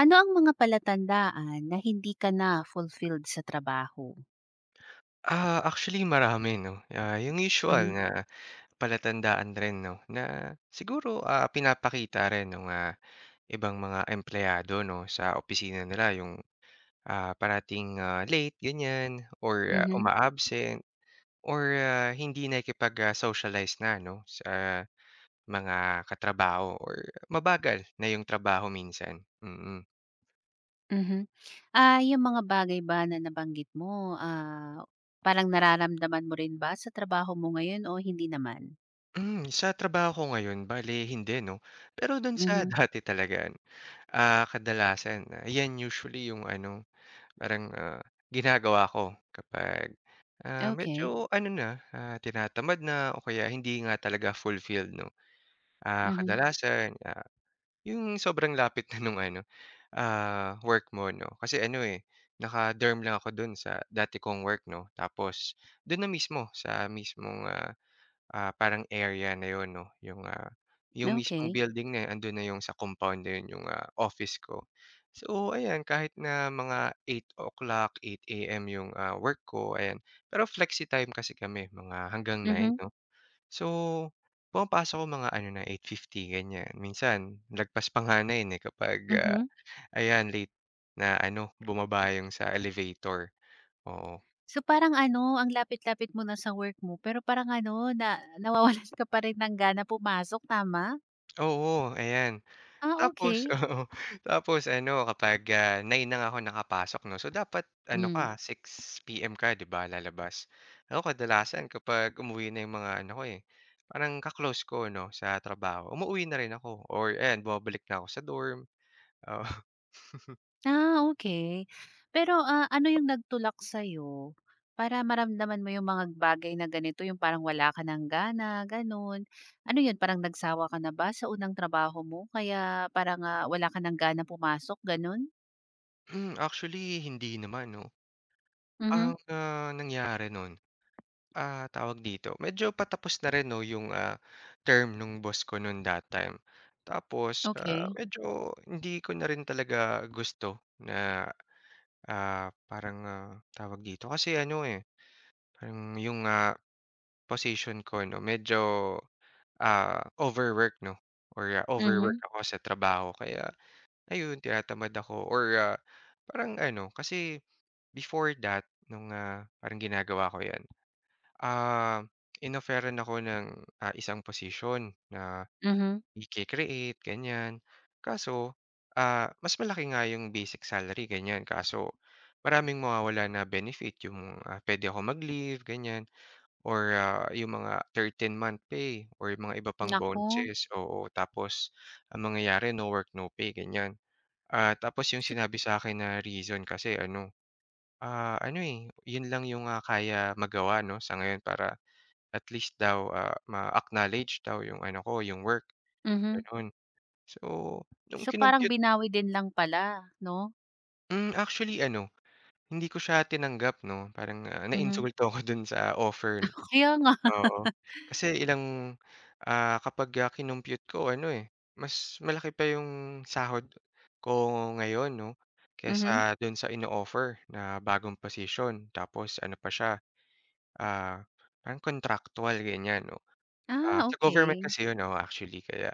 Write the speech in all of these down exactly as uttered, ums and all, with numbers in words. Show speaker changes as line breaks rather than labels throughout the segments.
Ano ang mga palatandaan na hindi ka na fulfilled sa trabaho?
Ah, actually marami 'no, ah, yung usual Mm.
Mhm,
na palatandaan rin 'no, na siguro, ah, pinapakita rin nung, ah, ibang mga empleyado 'no, sa opisina nila yung, ah, parating, ah, late ganyan or, ah,
mhm,
uma-absent or, ah, hindi nakikipag, ah, socialize na 'no, sa mga katrabaho or mabagal na yung trabaho minsan, mm.
mhm. Ah, yung mga bagay ba na nabanggit mo, ah, parang nararamdaman mo rin ba sa trabaho mo ngayon o hindi naman?
Hmm, sa trabaho ko ngayon bale hindi 'no, pero dun sa
Mhm,
dati talaga. Ah, kadalasan, ah, 'yan usually yung ano, parang, ah, ginagawa ko kapag, ah,
okay.
medyo ano na, ah, tinatamad na o kaya hindi nga talaga fulfilled 'no. Ah,
Mhm,
kadalasan, ah, yung sobrang lapit na nung ano, ah, work mo 'no, kasi ano, eh, naka-derm lang ako dun sa dati kong work 'no, tapos dun na mismo sa mismong, ah Ah, parang area na 'yun 'no, yung, ah, yung mismong
okey.
building na yun, andun na yung sa compound na 'yun yung, ah, office ko. So ayan, kahit na mga eight, eight A M yung, ah, work ko ayan, pero flexi time kasi kami mga hanggang nine
Mhm,
'no. So, pumapasok ko mga ano na eight fifty ganiyan, minsan lagpas pa nga na 'yun, eh, kapag, ah,
mhm.
ayan late na ano, bumaba yung sa elevator, oo.
So, parang ano, ang lapit-lapit mo na sa work mo pero parang ano, na nawawalan ka pa rin ng gana pumasok, tama?
Oo, ayan.
Ah,
Tapos
okay.
oo, tapos ano kapag, ah, nine na nga ako nakapasok 'no, so dapat ano ka
Hmm.
six P M ka 'di ba lalabas. Ako kadalasan kapag umuwi na yung mga ano ko, eh, parang ka-close ko 'no sa trabaho, umuuwi na rin ako or ayan bumabalik na ako sa dorm, oo.
Ah, okay. Pero, ah, ano yung nagtulak sa'yo para maramdaman mo yung mga bagay na ganito, yung parang wala ka ng gana, gano'n? Ano yun, parang nagsawa ka na ba sa unang trabaho mo kaya parang, ah, wala ka ng ganang pumasok, gano'n?
Hmm, actually hindi naman 'no.
Mhm,
Ang, ah, nangyari nun. Ah, tawag dito, medyo patapos na rin 'no yung, ah, term nung boss ko no'n that time. Tapos, ah,
okey.
medyo hindi ko na rin talaga gusto na, ah, parang, ah, tawag dito, kasi ano, eh, parang yung, ah, position ko 'no medyo, ah, overwork 'no or, ah, overwork
Mhm,
ako sa trabaho kaya ayun tinatamad ako or, ah, parang ano, kasi before that nung, ah, parang ginagawa ko 'yan. Ah, Inofferan ako ng, ah, isang posisyon na
mhm.
ike-create ganyan. Kaso, ah, mas malaki nga yung basic salary ganyan kaso maraming mawawala na benefit yung, ah, puwede akong mag-leave ganyan or, ah, yung mga thirteen month pay or yung mga iba pang
Naku,
bonuses, oo. Tapos ang mangyayari no work, no pay ganyan. Ah, tapos yung
so
sinabi sa akin na reason kasi ano, ah, ano, eh, yun lang yung, ah, kaya magawa 'no sa ngayon para at least daw, ah, ma-acknowledge daw yung ano ko, yung work,
mhm.
gano'n. So, nung
So, parang
kinompute.
binawi din lang pala, 'no?
Hmm, actually ano, hindi ko siya tinanggap 'no, parang, ah,
Mhm,
nainsulto ako do'n sa offer,
kaya nga.
oo. Kasi ilang, ah, kapag, ah, kinompute ko ano, eh, mas malaki pa yung sahod ko ngayon 'no,
Mhm.
kaysa do'n sa ino-offer na bagong posisyon. Tapos ano pa siya, ah, parang contractual, ganyan. Ah,
Ah,
sa government
okey.
kasi 'yun, oh actually kaya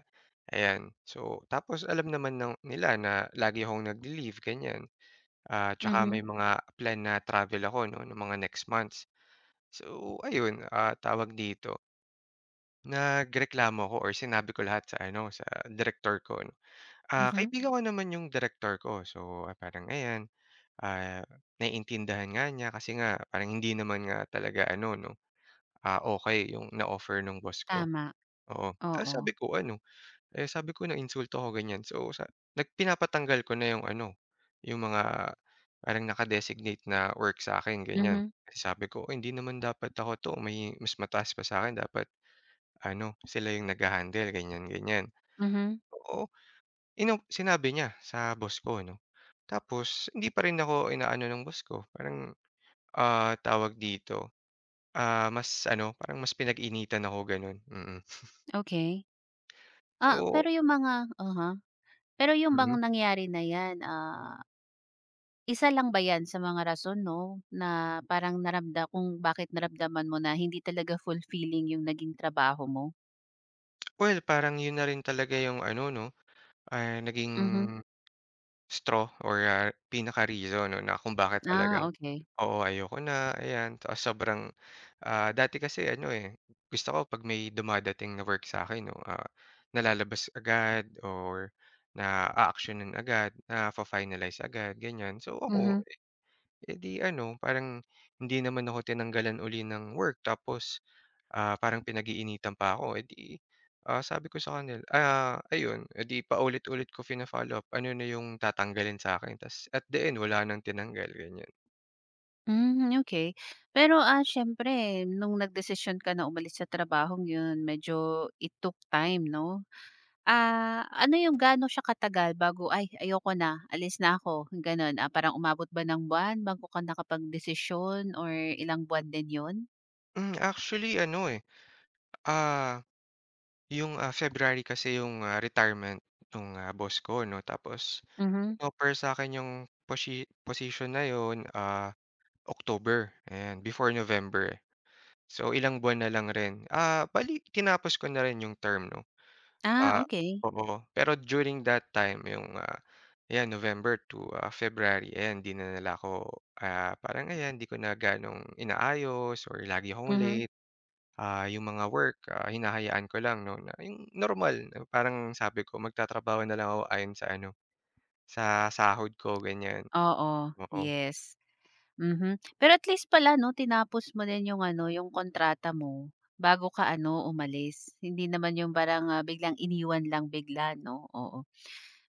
ayan. So, tapos alam naman ng nila na lagi akong nagle-leave ganiyan, ah, tsaka may
Mhm,
mga plan na travel ako 'no, ng mga next months. So ayun, ah, tawag dito, nagreklamo ako or sinabi ko lahat sa ano, sa direktor ko 'no. Ah,
mhm.
kaibigan ko naman 'yung direktor ko, so, ah, parang ayan, ah, naiintindihan nga niya kasi nga parang hindi naman nga talaga ano 'no, ah, okay 'yung na-offer nung boss ko,
Tama,
oo. Tapos
oo.
sabi ko ano. Eh, sabi ko na insulto ako ganyan. So, sa nag pinapatanggal ko na yung ano, yung mga parang naka-designate na work sa akin ganyan.
Mhm,
Kasi sabi ko, "Uy, hindi naman dapat ako 'to, may mas mataas pa sa akin dapat ano, sila yung nagha-handle," ganyan, ganyan.
mhm,
Oo, ino sinabi niya sa boss ko 'no. Tapos hindi pa rin ako inaano ng boss ko, parang, ah, tawag dito, ah, mas ano, parang mas pinag-initan ako gano'n, mm.
okay. Ah,
So
pero yung mga uh-huh. Pero yung bang
mm.
nangyari na yan, ah, isa lang ba yan sa mga rason 'no, na parang naramda kung bakit naramdaman mo na hindi talaga fulfilling yung naging trabaho mo?
Well, parang yun na rin talaga yung ano 'no. Ah, naging
Mhm.
straw or, ah, pinaka-reason 'no, na kung bakit talagang
Ah, okey.
oo, ayoko na, ayan. Tapos sobrang, ah, dati kasi ano, eh, gusto ko 'pag may dumadating na work sa'kin 'no, ah, nalalabas agad or naa-aksiyunan agad, nafa-finalize agad, ganyan. So, ako,
Mhm.
eh, di ano, parang hindi naman ako tinanggalan uli ng work tapos. Ah, parang pinag-iinitan pa ako, eh, di, ah, sabi ko sa kanila ah, ayun, eh, di paulit-ulit ko fina-follow up ano na yung tatanggalin sa akin ta's at the end wala nang tinanggal, ganyan.
Hmm, okay. Pero, ah, siyempre nung nagdesisyon ka na umalis sa trabahong yun medyo it took time 'no? Ah, ano yung gaano siya katagal bago, "Ay ayoko na, alis na ako," gano'n? Ah, parang umabot ba ng buwan bago ka nakapagdesisyon or ilang buwan din 'yun?
Hmm, actually ano, eh, ah, yung, ah, February kasi yung, ah, retirement ng boss ko 'no tapos
Mhm.
in sa akin yung poshi posisyon na yun, ah, October, and before November, eh. So, ilang buwan na lang rin. Ah, bale tinapos ko na rin yung term 'no.
Ah,
Ah,
okey.
Oo. Pero during that time yung, ah, 'yan November to, ah, February, ayan 'di na nila ako, ah, parang ayan 'di ko na gano'ng inaayos or lagi akong
Mhm.
late. Ah, yung mga work, ah, hinahayaan ko lang 'no, na yung normal na parang sabi ko magtatrabaho na lang ako ayon sa ano, sa sahod ko ganyan,
Oo,
oo.
yes, mhm. Pero at least pala 'no tinapos mo din yung ano, yung kontrata mo bago ka ano, umalis. Hindi naman yung parang, ah, biglang iniwan lang bigla 'no, oo.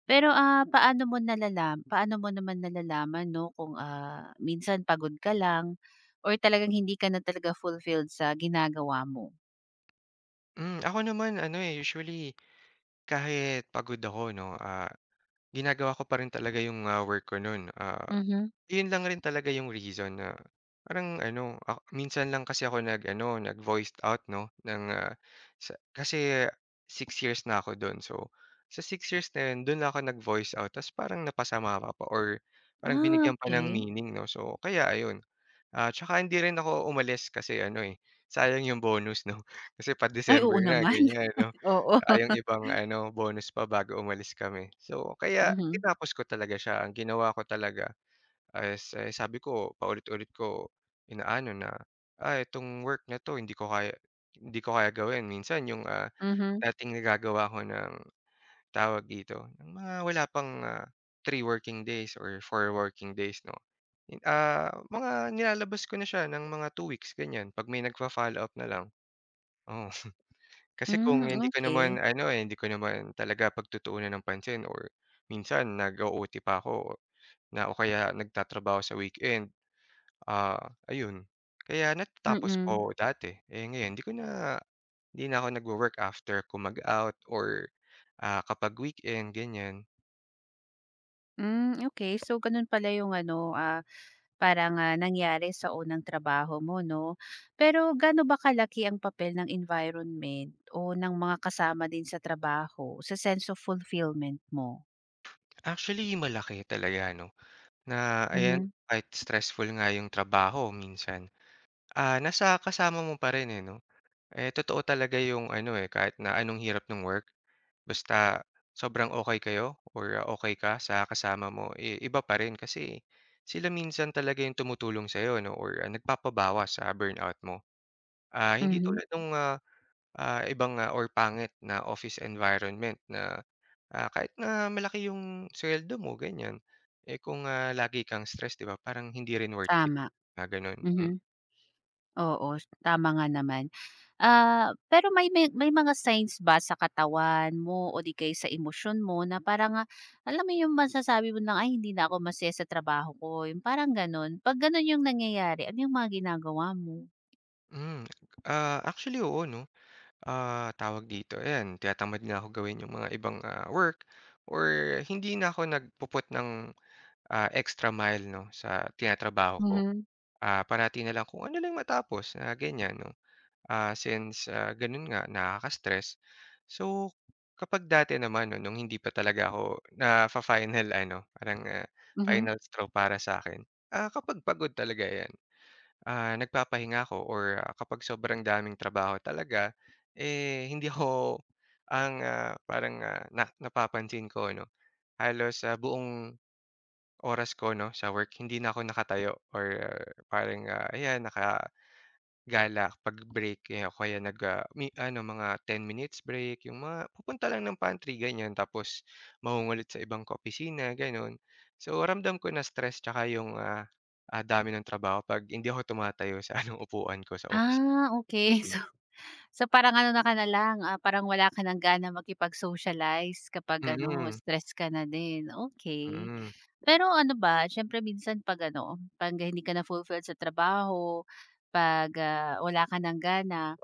Pero, ah, paano mo nalalam paano mo naman nalalaman 'no kung, ah, minsan pagod ka lang or talagang hindi ka na talaga fulfilled sa ginagawa mo?
Hmm, ako naman ano, eh, usually kahit pagod ako 'no, ah, ginagawa ko pa rin talaga yung, ah, work ko nun, ah
Mhm.
Yun lang rin talaga yung reason na parang ano, ah, minsan lang kasi ako nag-ano, nag-voiced out 'no, ng, ah, sa kasi six years na ako dun. So, sa six years na yun, dun lang ako nag-voice out ta's parang napasama pa pa or parang
Ah,
binigyan pa ng
okey.
meaning 'no. So, kaya ayun. Ah, tsaka hindi rin ako umalis kasi ano, eh, sayang yung bonus 'no, kasi
Ay,
pa-December
oo
na
naman.
ganyan 'no.
Oo.
Tsaka yung ibang ano, bonus pa bago umalis kami. So, kaya
Mhm,
tinapos ko talaga siya. Ang ginawa ko talaga ay eh, sabi ko paulit-ulit ko inaano na, "Ah, itong work na 'to hindi ko kaya hindi ko kaya gawin." Minsan yung, ah,
mhm.
dating nagagawa ko ng tawag dito, ng mga wala pang, ah, three working days or four working days 'no, in ah, mga nilalabas ko na siya ng mga two weeks ganyan 'pag may nagfa-follow-up na lang. Oh kasi
Hmm,
kung hindi ko naman
okey.
ano, eh, hindi ko naman talaga pagtutuunan ng pansin or minsan nag-o-O T pa ako na o kaya nagtatrabaho sa weekend. Ah, Ayun. Kaya natatapos
Mm.
ko dati, eh, ngayon hindi ko na hindi na ako nagwo-work after ko mag-out or, ah, kapag weekend ganyan.
Hmm, okey. So, ganun pala yung ano, ah. Parang, ah, nangyari sa unang trabaho mo 'no. Pero gaano ba kalaki ang papel ng environment o ng mga kasama din sa trabaho sa sense of fulfillment mo?
Actually malaki talaga ano, na ayan
Mhm,
kahit stressful nga yung trabaho minsan, ah, nasa kasama mo pa rin, eh, 'no? Eh, totoo talaga yung ano, eh, kahit na anong hirap ng work. Basta sobrang okay kayo or ah, okay ka sa kasama mo, eh, iba pa rin kasi sila minsan talaga yung tumutulong sa'yo 'no or ah, nagpapabawas sa burnout mo. Ah, hindi
mhm,
tulad ng ibang, ah, or pangit na office environment na, ah, kahit na malaki yung sweldo mo ganyan, eh, kung, ah, lagi kang stress 'di ba parang hindi rin worth it,
tama,
ah, gano'n.
mhm.
Hmm,
Oo, tama nga naman. Ah, pero may may may mga signs ba sa katawan mo o di kaya sa emosyon mo na parang, ah, alam mo yung masasabi mo na, "Ay hindi na ako masaya sa trabaho ko." Yung parang gano'n. 'Pag gano'n yung nangyayari, ano yung mga ginagawa mo?
hmm, ah, actually oo 'no. Ah, tawag dito, ayan, tinatamad na ako gawin yung mga ibang, ah, work or hindi na ako nagpu ng, ah, extra mile 'no, sa tinatrabaho ko.
Mhm,
Ah, parati na lang kung ano lang matapos na ganyan 'no. Ah, since, ah, gano'n nga nakaka-stress. So, kapag dati naman 'no, nung hindi pa talaga ako na final ano, parang, ah,
mhm.
final straw para sa'kin, ah, kapag pagod talaga 'yan. Ah, nagpapahinga ako or, ah, kapag sobrang daming trabaho talaga, eh, hindi ako ang, ah, parang, ah, na napapansin ko 'no, halos, sa buong oras ko 'no, sa work hindi na ako nakatayo or ah, parang, ah, ayan naka Gala pag break, eh, o kaya nag, ah, mi ano mga ten minutes break, yung mga pupunta lang ng pantry ganyan tapos mangungulit sa ibang ka-opisina gano'n. So ramdam ko na stress tsaka yung, ah, ah, dami ng trabaho 'pag hindi ako tumatayo sa ano, upuan ko sa office.
Ah, okay.
Hmm,
So so parang ano na ka na lang, ah, parang wala ka ng gana makipag-socialize kapag ano,
mm,
stress ka na din, okay.
mm.
Pero ano ba, siyempre minsan 'pag ano, 'pag hindi ka na fulfilled sa trabaho, 'pag, ah, wala ka ng gana.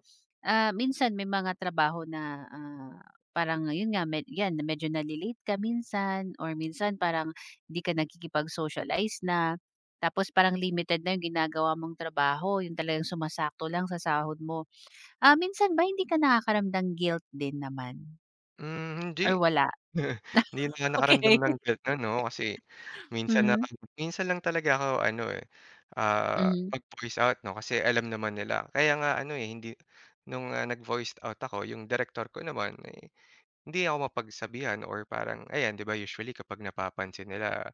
Ah, minsan may mga trabaho na, ah, parang yun nga med 'yan na medyo nale-late ka minsan or minsan parang hindi ka nakikipag-socialize na. Tapos parang limited na yung ginagawa mong trabaho, yung talagang sumasakto lang sa sahod mo. Ah, minsan ba hindi ka nakakaramdang guilt din naman
Hmm, hindi
or wala?
Hindi na nga nakaramdam
Okey.
ng guilt na 'no, kasi minsan na
Mhm.
minsan lang talaga ako ano, eh, ah,
Mhm.
mag-voice out 'no, kasi alam naman nila. Kaya nga ano, eh, hindi nung, ah, nag voice out ako yung director ko naman, eh, hindi ako mapagsabihan or parang ayan 'di ba usually kapag napapansin nila,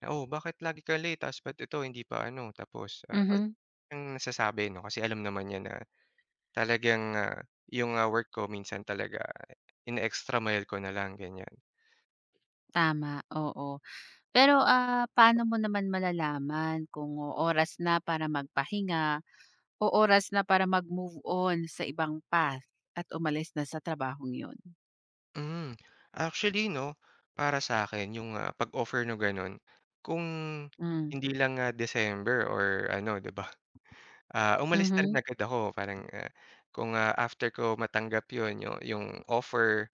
na "Oh, bakit lagi ka late tapos ba't ito hindi pa ano." Tapos, ah, wala
Mhm.
siyang nasasabi 'no, kasi alam naman niya na talagang, ah, yung, ah, work ko minsan talaga in extra mile ko na lang, ganyan.
Tama, oo. Pero, ah, paano mo naman malalaman kung oras na para magpahinga o oras na para mag-move on sa ibang path at umalis na sa trabahong yun.
Hmm, actually 'no, para sa akin yung, ah, pag-offer ng gano'n, kung
Hmm,
hindi lang, ah, December or ano 'di ba, ah, umalis na rin
mhm,
agad ako parang, ah, kung, ah, after ko matanggap yon yu yung offer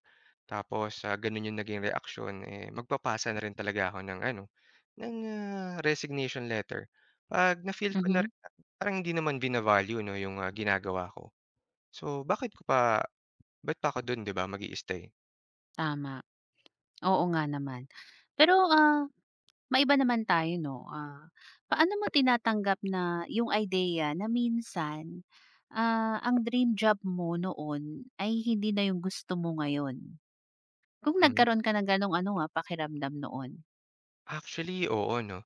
tapos, ah, gano'n yung naging reaction, eh, magpapasa na rin talaga ako ng ano, ng, ah, resignation letter. 'Pag na-feel ko na
mhm,
rin na parang hindi naman bina-value 'no yung, ah, ginagawa ko, so bakit ko pa ba't pa ako do'n 'di ba mag stay.
tama. Oo nga naman. Pero, ah, maiba naman tayo 'no, ah, paano mo tinatanggap na yung idea na minsan, ah, ang dream job mo noon ay hindi na yung gusto mo ngayon? Kung nagkaroon ka ng ganong ano, ah, pakiramdam noon?
Actually, oo 'no.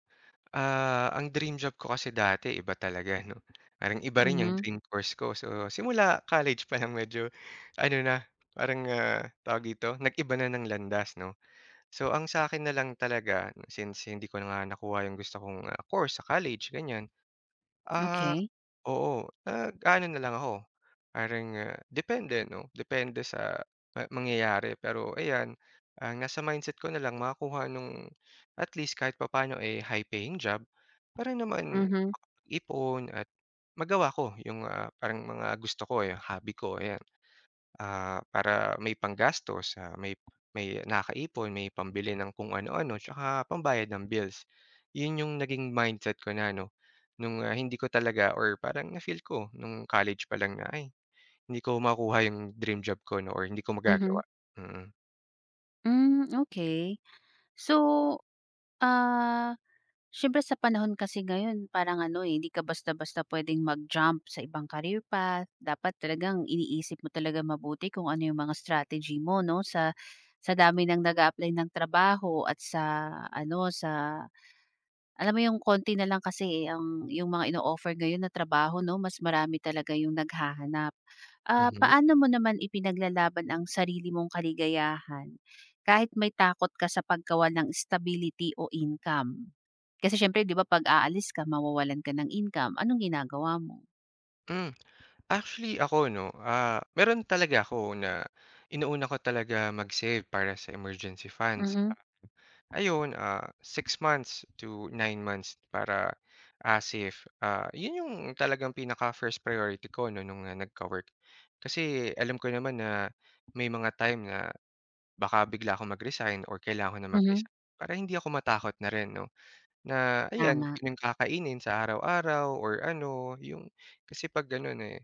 Ah, ang dream job ko kasi dati iba talaga 'no, parang iba rin yung
Mhm,
dream course ko. So, simula college pa lang medyo ano na, parang, ah, tawag dito, nag-iba na ng landas 'no. So, ang sa akin na lang talaga since hindi ko na nga nakuha yung gusto kong, ah, course sa college, ganyan, ah
okey.
Oo, nag-aano na lang ako, parang, ah, depende 'no, depende sa ma mangyayari. Pero ayan, ah, nasa mindset ko na lang makakuha nung at least kahit papaano, eh, high paying job para naman
Mhm,
ipon at magawa ko yung, ah, parang mga gusto ko, eh, hobby ko, ayan. Ah, para may panggastos, ah, may may nakaipon, may pambili ng kung ano-ano, tsaka pambayad ng bills. 'Yun yung naging mindset ko na ano, nung, ah, hindi ko talaga or parang na-feel ko nung college pa lang na, "Ay, hindi ko makuha yung dream job ko 'no, or hindi ko
mhm.
magagawa." Mm.
Hmm, okay. So, ah. Siyempre sa panahon kasi ngayon parang ano, eh, hindi ka basta-basta pwedeng mag-jump sa ibang career path. Dapat talagang iniisip mo talaga mabuti kung ano yung mga strategy mo 'no, sa sa dami ng nag apply ng trabaho at sa ano, sa alam mo yung konti na lang kasi, eh, ang yung mga ino-offer ngayon na trabaho 'no, mas marami talaga yung naghahanap. Ah,
Mhm.
paano mo naman ipinaglalaban ang sarili mong kaligayahan kahit may takot ka sa pagkawalan ng stability o income? Kasi siyempre 'di ba 'pag aalis ka mawawalan ka ng income, anong ginagawa mo?
Hmm, actually ako 'no, ah, meron talaga ako na inuuna ko talaga mag-save para sa emergency funds.
Mhm,
Ayun, ah, six months to nine months para, ah, safe. Ah, 'yun 'yung talagang pinaka-first priority ko 'no nung, ah, nagka-work. Kasi alam ko naman na may mga time na baka bigla akong mag-resign or kailangan ko na
mhm,
mag-resign para hindi ako matakot na rin 'no, na ayan,
tama,
'yun 'yung kakainin sa araw-araw or ano 'yung kasi 'pag gano'n, eh,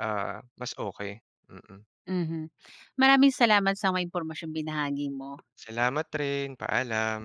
ah, mas okey. Mm. Mm.
mhm. Maraming salamat sa mga impormasyong binahagi mo.
Salamat rin, paalam.